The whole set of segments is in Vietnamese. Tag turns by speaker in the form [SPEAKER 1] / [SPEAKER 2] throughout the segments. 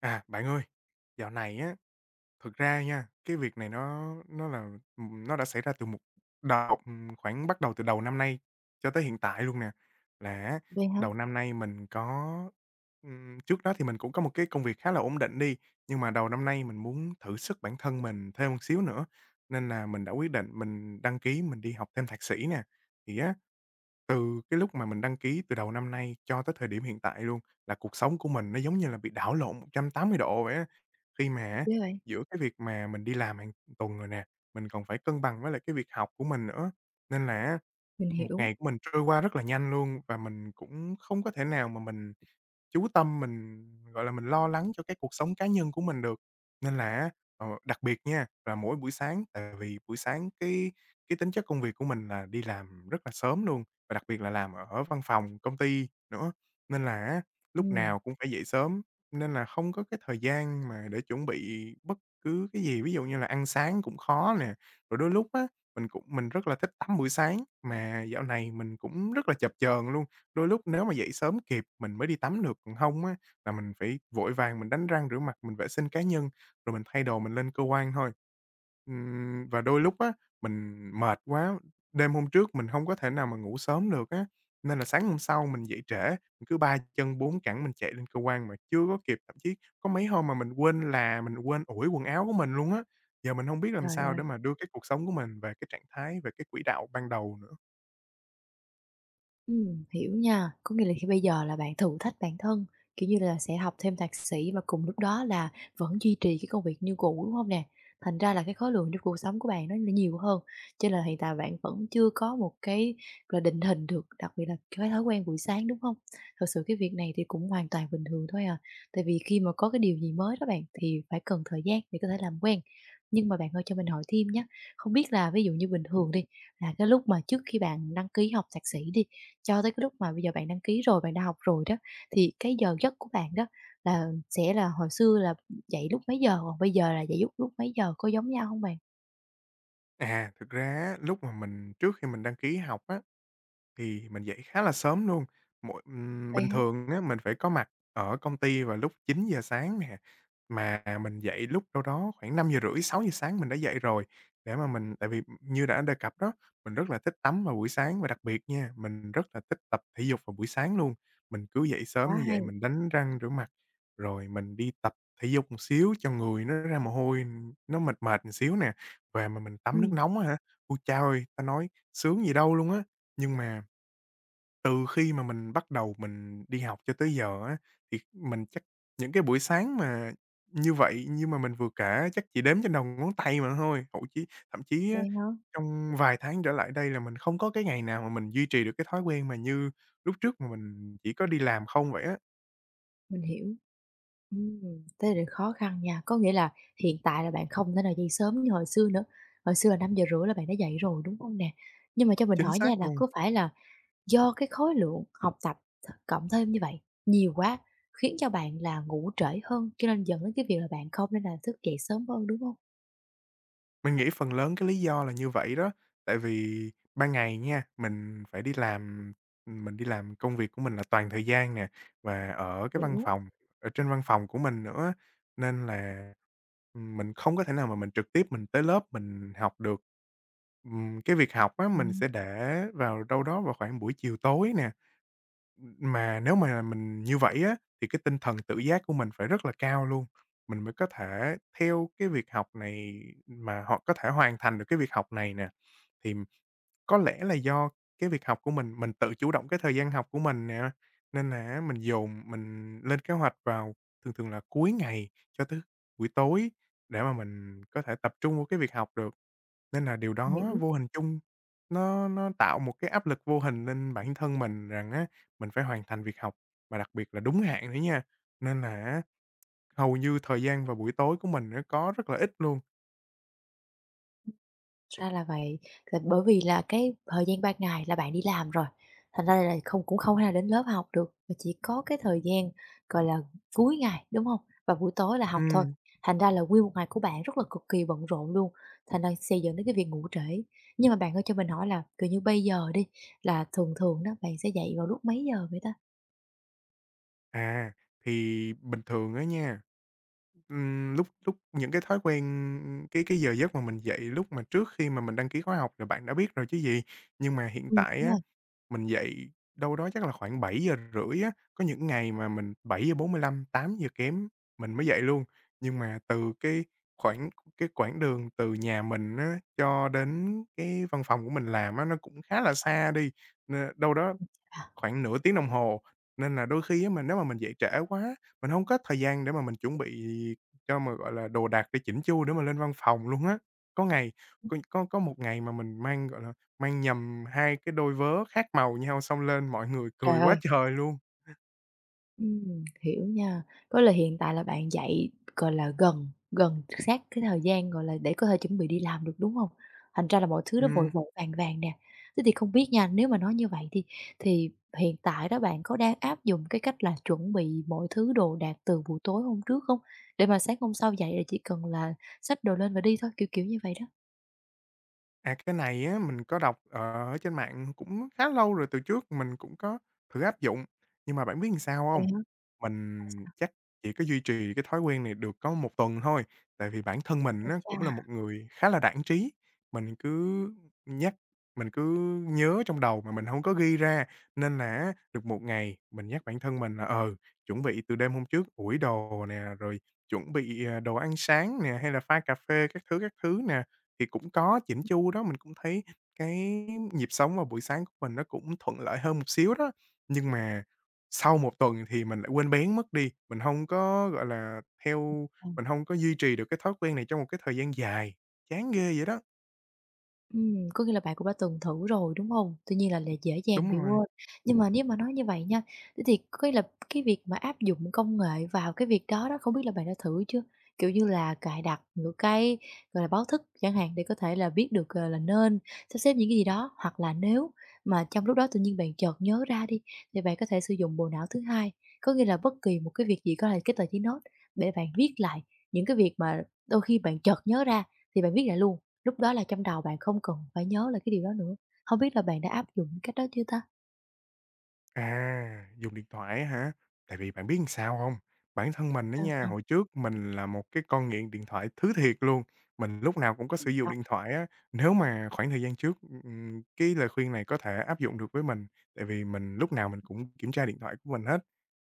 [SPEAKER 1] À, bạn ơi, dạo này á, thực ra nha, cái việc này nó là, nó đã xảy ra từ một đầu khoảng bắt đầu từ đầu năm nay cho tới hiện tại luôn nè. Là á,
[SPEAKER 2] Vậy hả?
[SPEAKER 1] đầu năm nay mình có trước đó thì mình cũng có một cái công việc khá là ổn định đi, nhưng mà đầu năm nay mình muốn thử sức bản thân mình thêm một xíu nữa, nên là mình đã quyết định mình đăng ký mình đi học thêm thạc sĩ nè. Thì á, từ cái lúc mà mình đăng ký từ đầu năm nay cho tới thời điểm hiện tại luôn, là cuộc sống của mình nó giống như là bị đảo lộn 180 độ vậy á. Khi mà á,
[SPEAKER 2] Ghê vậy!
[SPEAKER 1] giữa cái việc mà mình đi làm hàng tuần rồi nè, mình còn phải cân bằng với lại cái việc học của mình nữa, nên là á,
[SPEAKER 2] Mình
[SPEAKER 1] một
[SPEAKER 2] hiểu.
[SPEAKER 1] ngày của mình trôi qua rất là nhanh luôn và mình cũng không có thể nào mà mình chú tâm mình, gọi là, mình lo lắng cho cái cuộc sống cá nhân của mình được. Nên là á, đặc biệt nha, là mỗi buổi sáng, tại vì buổi sáng cái tính chất công việc của mình là đi làm rất là sớm luôn, và đặc biệt là làm ở văn phòng công ty nữa, nên là á, lúc
[SPEAKER 2] Ừm,
[SPEAKER 1] nào cũng phải dậy sớm, nên là không có cái thời gian mà để chuẩn bị bất cứ cái gì. Ví dụ như là ăn sáng cũng khó nè, rồi đôi lúc á, mình rất là thích tắm buổi sáng, mà dạo này mình cũng rất là chập chờn luôn. Đôi lúc nếu mà dậy sớm kịp mình mới đi tắm được, còn hông á là mình phải vội vàng mình đánh răng rửa mặt, mình vệ sinh cá nhân, rồi mình thay đồ mình lên cơ quan thôi. Và đôi lúc á, mình mệt quá, đêm hôm trước mình hông có thể nào mà ngủ sớm được á, nên là sáng hôm sau mình dậy trễ, mình cứ 3 chân 4 cẳng mình chạy lên cơ quan mà chưa có kịp, thậm chí có mấy hôm mà mình quên ủi quần áo của mình luôn á. Giờ mình hông biết làm
[SPEAKER 2] trời
[SPEAKER 1] sao để
[SPEAKER 2] ơi!
[SPEAKER 1] mà đưa cái cuộc sống của mình về cái trạng thái, về cái quỹ đạo ban đầu nữa.
[SPEAKER 2] Hiểu nha. Có nghĩa là khi bây giờ là bạn thử thách bản thân, kiểu như là, sẽ học thêm thạc sĩ và cùng lúc đó là vẫn duy trì cái công việc như cũ, đúng không nè? Thành ra là cái khối lượng trong cuộc sống của bạn nó nhiều hơn, cho nên là hiện tại bạn vẫn chưa có một cái, là, định hình được, đặc biệt là cái thói quen buổi sáng, đúng không? Thật sự cái việc này thì cũng hoàn toàn bình thường thôi à, tại vì khi mà có cái điều gì mới đó bạn, thì phải cần thời gian để có thể làm quen. Nhưng mà bạn ơi, cho mình hỏi thêm nhé, không biết là ví dụ như bình thường đi, là cái lúc mà trước khi bạn đăng ký học thạc sĩ đi, cho tới cái lúc mà bây giờ bạn đăng ký rồi, bạn đã học rồi đó, thì cái giờ giấc của bạn đó là sẽ là hồi xưa là dậy lúc mấy giờ, còn bây giờ là dậy lúc lúc mấy giờ, có giống nhau hông bạn?
[SPEAKER 1] À, thực ra á, lúc mà mình trước khi mình đăng ký học á, thì mình dậy khá là sớm luôn, mỗi
[SPEAKER 2] Vậy
[SPEAKER 1] bình
[SPEAKER 2] hả?
[SPEAKER 1] thường á, mình phải có mặt ở công ty vào lúc 9 giờ sáng nè, mà mình dậy lúc đâu đó khoảng 5 giờ rưỡi 6 giờ sáng mình đã dậy rồi, để mà mình tại vì như đã đề cập đó, mình rất là thích tắm vào buổi sáng và đặc biệt nha, mình rất là thích tập thể dục vào buổi sáng luôn. Mình cứ dậy sớm
[SPEAKER 2] Quá
[SPEAKER 1] như vậy,
[SPEAKER 2] hay.
[SPEAKER 1] mình đánh răng rửa mặt, rồi mình đi tập thể dục một xíu cho người nó ra mồ hôi, nó mệt mệt một xíu nè, về mà mình tắm nước
[SPEAKER 2] Ừm.
[SPEAKER 1] nóng á hả, ôi chao ơi, ta nói sướng gì đâu luôn á. Nhưng mà từ khi mà mình bắt đầu mình đi học cho tới giờ á, thì mình chắc những cái buổi sáng mà như vậy, như mà mình vừa kể chắc chỉ đếm trên đầu ngón tay mà thôi, thậm chí á,
[SPEAKER 2] Vậy hả?
[SPEAKER 1] trong vài tháng trở lại đây là mình không có cái ngày nào mà mình duy trì được cái thói quen mà như lúc trước mà mình chỉ có đi làm không vậy á.
[SPEAKER 2] Mình hiểu. Ừm, thế thì khó khăn nha, có nghĩa là hiện tại là bạn không thể nào dậy sớm như hồi xưa nữa, hồi xưa là 5:30 là bạn đã dậy rồi, đúng hông nè? Nhưng mà cho mình
[SPEAKER 1] Chính
[SPEAKER 2] hỏi
[SPEAKER 1] xác
[SPEAKER 2] nha là
[SPEAKER 1] luôn.
[SPEAKER 2] có phải là do cái khối lượng học tập cộng thêm như vậy nhiều quá, khiến cho bạn là ngủ trễ hơn, cho nên dẫn đến cái việc là bạn không nên là thức dậy sớm hơn, đúng không?
[SPEAKER 1] Mình nghĩ phần lớn cái lý do là như vậy đó, tại vì ban ngày nha, mình phải đi làm, mình đi làm công việc của mình là toàn thời gian nè, và ở cái văn
[SPEAKER 2] Hiểu,
[SPEAKER 1] phòng, ở trên văn phòng của mình nữa, nên là, mình không có thể nào mà mình trực tiếp mình tới lớp mình học được. Cái việc học á, mình
[SPEAKER 2] ừm,
[SPEAKER 1] sẽ để vào đâu đó vào khoảng buổi chiều tối nè, mà nếu mà mình như vậy á, thì cái tinh thần tự giác của mình phải rất là cao luôn, mình mới có thể theo cái việc học này mà họ có thể hoàn thành được cái việc học này nè. Thì có lẽ là do cái việc học của mình tự chủ động cái thời gian học của mình nè, nên là mình dồn mình lên kế hoạch vào thường thường là cuối ngày cho tới buổi tối để mà mình có thể tập trung vào cái việc học được. Nên là điều đó
[SPEAKER 2] hiểu.
[SPEAKER 1] vô hình chung nó tạo một cái áp lực vô hình lên bản thân mình rằng á, mình phải hoàn thành việc học, và đặc biệt là đúng hạn nữa nha. Nên là á, hầu như thời gian vào buổi tối của mình nó có rất là ít luôn.
[SPEAKER 2] Ra là vậy, là bởi vì là cái thời gian ban ngày là bạn đi làm rồi, thành ra là không cũng không thể nào đến lớp học được, mà chỉ có cái thời gian, gọi là, cuối ngày, đúng không? Và buổi tối là học thôi,
[SPEAKER 1] Ừm.
[SPEAKER 2] thành ra là nguyên một ngày của bạn rất là cực kỳ bận rộn luôn, thành ra sẽ dẫn đến cái việc ngủ trễ. Nhưng mà bạn ơi, cho mình hỏi là, kiểu như, bây giờ đi, là thường thường đó, bạn sẽ dậy vào lúc mấy giờ vậy ta?
[SPEAKER 1] À, thì bình thường á nha, lúc lúc những cái thói quen cái giờ giấc mà mình dậy lúc mà trước khi mà mình đăng ký khóa học là bạn đã biết rồi chứ gì. Nhưng mà hiện tại
[SPEAKER 2] Đúng
[SPEAKER 1] á.
[SPEAKER 2] rồi.
[SPEAKER 1] Mình dậy đâu đó chắc là khoảng 7 giờ rưỡi á, có những ngày mà mình 7 giờ 45 8 giờ kém mình mới dậy luôn. Nhưng mà từ cái khoảng cái quãng đường từ nhà mình á, cho đến cái văn phòng của mình làm á, nó cũng khá là xa đi, nên đâu đó
[SPEAKER 2] À.
[SPEAKER 1] khoảng nửa tiếng đồng hồ, nên là đôi khi á mình nếu mà mình dậy trễ quá, mình hông có thời gian để mà mình chuẩn bị cho mà, gọi là, đồ đạc để chỉn chu để mà lên văn phòng luôn á. Có ngày có một ngày mà mình mang, gọi là, mang nhầm 2 cái đôi vớ khác màu nhau xong lên mọi người
[SPEAKER 2] Trời
[SPEAKER 1] cười quá
[SPEAKER 2] ơi.
[SPEAKER 1] trời luôn.
[SPEAKER 2] Hiểu nha. Có là hiện tại là bạn dạy, gọi là, gần gần sát cái thời gian, gọi là, để có thể chuẩn bị đi làm được, đúng không? Thành ra là mọi thứ nó vội
[SPEAKER 1] Ừm.
[SPEAKER 2] vội vàng vàng nè. Thế thì không biết nha, nếu mà nói như vậy thì thì hiện tại đó bạn có đang áp dụng cái cách là chuẩn bị mọi thứ đồ đạc từ buổi tối hôm trước không? Để mà sáng hôm sau dậy là chỉ cần là xách đồ lên và đi thôi, kiểu, kiểu như vậy đó?
[SPEAKER 1] À, cái này á, mình có đọc ở trên mạng cũng khá lâu rồi, từ trước mình cũng có thử áp dụng, nhưng mà bạn biết làm sao
[SPEAKER 2] Vậy
[SPEAKER 1] hông?
[SPEAKER 2] hả? Sao,
[SPEAKER 1] Mình
[SPEAKER 2] sao?
[SPEAKER 1] chắc chỉ có duy trì cái thói quen này được có một tuần thôi, tại vì bản thân mình
[SPEAKER 2] Ái
[SPEAKER 1] á,
[SPEAKER 2] chà!
[SPEAKER 1] cũng là một người khá là đãng trí, mình cứ nhắc mình cứ nhớ trong đầu mà mình hông có ghi ra, nên là á, được một ngày mình nhắc bản thân mình là, ừ, chuẩn bị từ đêm hôm trước ủi đồ nè, rồi chuẩn bị, à, đồ ăn sáng nè, hay là pha cà phê các thứ nè thì cũng có chỉnh chu đó, mình cũng thấy cái nhịp sống vào buổi sáng của mình nó cũng thuận lợi hơn một xíu đó. Nhưng mà sau một tuần thì mình lại quên bén mất đi, mình không có, gọi là, mình không có duy trì được cái thói quen này trong một cái thời gian dài, chán ghê vậy đó.
[SPEAKER 2] Có nghĩa là bạn cũng đã từng thử rồi, đúng không? Tuy nhiên là dễ dàng
[SPEAKER 1] Đúng
[SPEAKER 2] bị
[SPEAKER 1] rồi.
[SPEAKER 2] quên. Nhưng mà nếu mà nói như vậy nha, thế thì có nghĩa là cái việc mà áp dụng công nghệ vào cái việc đó đó, không biết là bạn đã thử chưa? Kiểu như là cài đặt những cái, gọi là, báo thức chẳng hạn để có thể là biết được, ờ, là nên sắp xếp những cái gì đó, hoặc là nếu mà trong lúc đó tự nhiên bạn chợt nhớ ra đi, thì bạn có thể sử dụng bộ não thứ hai. Có nghĩa là bất kỳ một cái việc gì có thể cái tờ giấy nốt để bạn viết lại những cái việc mà đôi khi bạn chợt nhớ ra thì bạn viết lại luôn. Lúc đó là trong đầu bạn không cần phải nhớ lại cái điều đó nữa. Không biết là bạn đã áp dụng cách đó chưa ta?
[SPEAKER 1] À, dùng điện thoại á hả? Tại vì bạn biết làm sao không? Bản thân mình á
[SPEAKER 2] Sao,
[SPEAKER 1] nha,
[SPEAKER 2] sao?
[SPEAKER 1] hồi trước mình là một cái con nghiện điện thoại thứ thiệt luôn, mình lúc nào cũng có
[SPEAKER 2] Tuần
[SPEAKER 1] sử dụng
[SPEAKER 2] sau.
[SPEAKER 1] điện thoại á. Nếu mà khoảng thời gian trước, cái lời khuyên này có thể áp dụng được với mình, tại vì mình lúc nào mình cũng kiểm tra điện thoại của mình hết.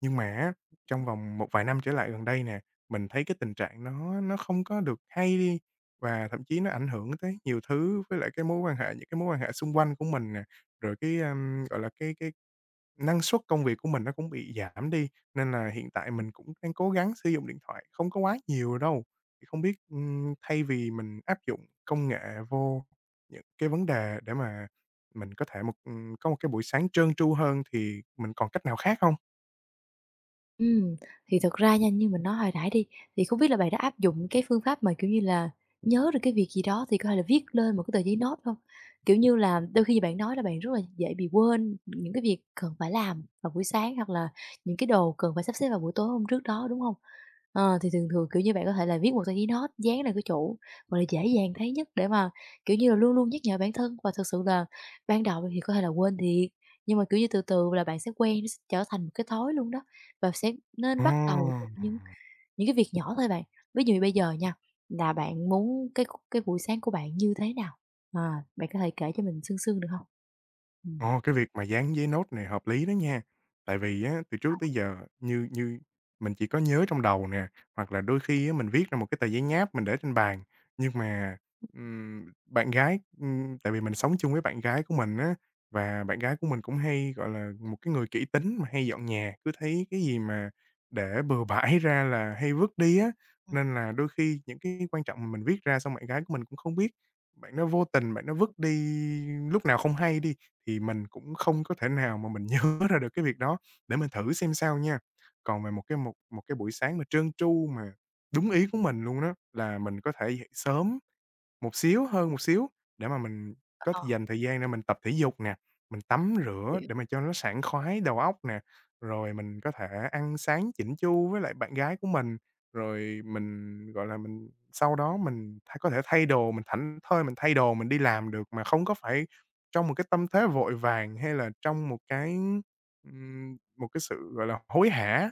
[SPEAKER 1] Nhưng mà á, trong vòng một vài năm trở lại gần đây nè, mình thấy cái tình trạng nó không có được hay đi, và thậm chí nó ảnh hưởng tới nhiều thứ với lại cái mối quan hệ những cái mối quan hệ xung quanh của mình nè, rồi cái, gọi là, cái năng suất công việc của mình nó cũng bị giảm đi, nên là hiện tại mình cũng đang cố gắng sử dụng điện thoại không có quá nhiều đâu. Thì không biết, thay vì mình áp dụng công nghệ vô những cái vấn đề để mà mình có thể một có một cái buổi sáng trơn tru hơn thì mình còn cách nào khác không?
[SPEAKER 2] Ừm, thì thật ra nha, như mình nói hồi nãy đi, thì không biết là bạn đã áp dụng cái phương pháp mà, kiểu như là, nhớ được cái việc gì đó thì có thể là viết lên một cái tờ giấy note không? Kiểu như là, đôi khi bạn nói là bạn rất là dễ bị quên những cái việc cần phải làm vào buổi sáng hoặc là những cái đồ cần phải sắp xếp vào buổi tối hôm trước đó, đúng hông? Ờ, thì thường thường, kiểu như, bạn có thể là viết một tờ giấy note dán lên cái chỗ, gọi là, dễ dàng thấy nhất để mà, kiểu như là, luôn luôn nhắc nhở bản thân và thực sự là ban đầu thì có thể là quên thiệt, nhưng mà, kiểu như, từ từ là bạn sẽ quen, nó sẽ trở thành một cái thói luôn đó. Và sẽ nên
[SPEAKER 1] Ồ!
[SPEAKER 2] bắt đầu từ những cái việc nhỏ thôi bạn. Ví dụ như bây giờ nha, là bạn muốn cái buổi sáng của bạn như thế nào? À, bạn có thể kể cho mình sương sương được không? Ừm.
[SPEAKER 1] Ồ, cái việc mà dán giấy nốt này hợp lý đó nha. Tại vì á, từ trước
[SPEAKER 2] Ờ.
[SPEAKER 1] tới giờ như như mình chỉ có nhớ trong đầu nè, hoặc là đôi khi á, mình viết ra một cái tờ giấy nháp mình để trên bàn. Nhưng mà, bạn gái tại vì mình sống chung với bạn gái của mình á, và bạn gái của mình cũng hay, gọi là, một cái người kỹ tính mà hay dọn nhà, cứ thấy cái gì mà để bừa bãi ra là hay vứt đi á.
[SPEAKER 2] Ừm.
[SPEAKER 1] Nên là đôi khi những cái quan trọng mà mình viết ra xong bạn gái của mình cũng không biết, bạn nó vô tình bạn nó vứt đi lúc nào không hay đi thì mình cũng không có thể nào mà mình nhớ ra được cái việc đó để mình thử xem sao nha. Còn về một cái buổi sáng mà trơn tru mà đúng ý của mình luôn đó, là mình có thể dậy sớm một xíu, hơn một xíu, để mà mình có thể
[SPEAKER 2] Ờ.
[SPEAKER 1] dành thời gian để mình tập thể dục nè, mình tắm rửa
[SPEAKER 2] Hiểu.
[SPEAKER 1] để mà cho nó sảng khoái đầu óc nè, rồi mình có thể ăn sáng chỉnh chu với lại bạn gái của mình, rồi mình, gọi là, mình sau đó mình có thể thay đồ, mình thảnh thơi mình thay đồ mình đi làm được mà không có phải trong một cái tâm thế vội vàng hay là trong một cái sự, gọi là, hối hả.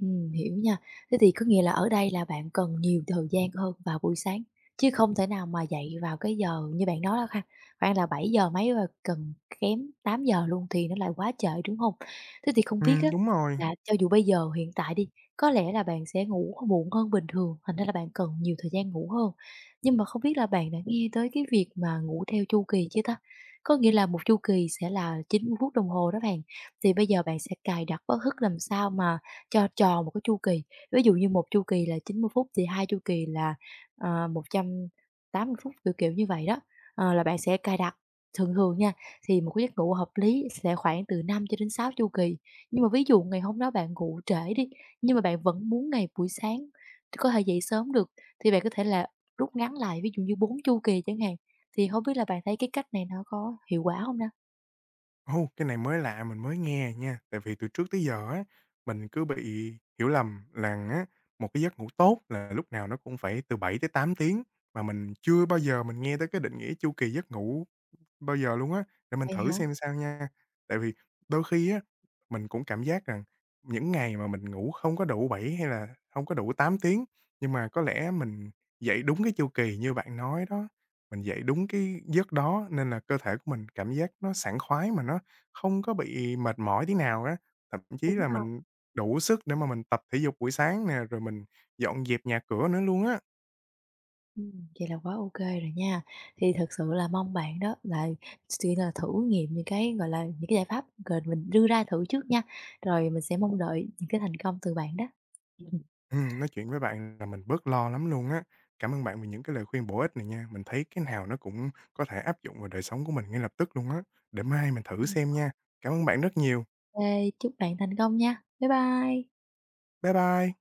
[SPEAKER 2] Hiểu nha. Thế thì có nghĩa là ở đây là bạn cần nhiều thời gian hơn vào buổi sáng, chứ không thể nào mà dậy vào cái giờ như bạn nói đó ha, khoảng là 7 giờ mấy và cần kém 8 giờ luôn thì nó lại quá trễ, đúng không? Thế thì không biết á,
[SPEAKER 1] Đúng rồi.
[SPEAKER 2] là cho dù bây giờ hiện tại đi, có lẽ là bạn sẽ ngủ muộn hơn bình thường, thành ra là bạn cần nhiều thời gian ngủ hơn. Nhưng mà không biết là bạn đã nghe tới cái việc mà ngủ theo chu kỳ chưa ta? Có nghĩa là một chu kỳ sẽ là 90 phút đồng hồ đó bạn, thì bây giờ bạn sẽ cài đặt báo thức làm sao mà cho tròn một cái chu kỳ, ví dụ như một chu kỳ là 90 phút thì hai chu kỳ là, 180 phút, kiểu, kiểu như vậy đó. Ờ, là bạn sẽ cài đặt, thường thường nha, thì một cái giấc ngủ hợp lý sẽ khoảng từ 5 cho đến 6 chu kỳ. Nhưng mà ví dụ ngày hôm đó bạn ngủ trễ đi, nhưng mà bạn vẫn muốn ngày buổi sáng có thể dậy sớm được, thì bạn có thể là rút ngắn lại, ví dụ như 4 chu kỳ chẳng hạn. Thì không biết là bạn thấy cái cách này nó có hiệu quả không ha?
[SPEAKER 1] Ô, cái này mới lạ, mình mới nghe nha, tại vì từ trước tới giờ á, mình cứ bị hiểu lầm là á, một cái giấc ngủ tốt là lúc nào nó cũng phải từ 7 tới 8 tiếng, mà mình chưa bao giờ mình nghe tới cái định nghĩa chu kỳ giấc ngủ bao giờ luôn á, để mình
[SPEAKER 2] Vậy
[SPEAKER 1] thử
[SPEAKER 2] hả?
[SPEAKER 1] xem sao nha. Tại vì đôi khi á, mình cũng cảm giác rằng những ngày mà mình ngủ không có đủ 7 hay là không có đủ 8 tiếng, nhưng mà có lẽ mình dậy đúng cái chu kỳ như bạn nói đó, mình dậy đúng cái giấc đó nên là cơ thể của mình cảm giác nó sảng khoái mà nó không có bị mệt mỏi tí nào á. Thậm chí
[SPEAKER 2] Đúng.
[SPEAKER 1] là mình đủ sức để mà mình tập thể dục buổi sáng nè, rồi mình dọn dẹp nhà cửa nữa luôn á.
[SPEAKER 2] Ừm, vậy là quá ok rồi nha. Thì thật sự là mong bạn đó là tuy là thử nghiệm những cái, gọi là, những cái giải pháp rồi mình đưa ra thử trước nha, rồi mình sẽ mong đợi những cái thành công từ bạn đó. Ừm.
[SPEAKER 1] Nói chuyện với bạn là mình bớt lo lắm luôn á. Cảm ơn bạn vì những cái lời khuyên bổ ích này nha. Mình thấy cái nào nó cũng có thể áp dụng vào đời sống của mình ngay lập tức luôn á. Để mai mình thử
[SPEAKER 2] Ừm.
[SPEAKER 1] xem nha. Cảm ơn bạn rất nhiều.
[SPEAKER 2] Chúc bạn thành công nha. Bye bye.
[SPEAKER 1] Bye bye.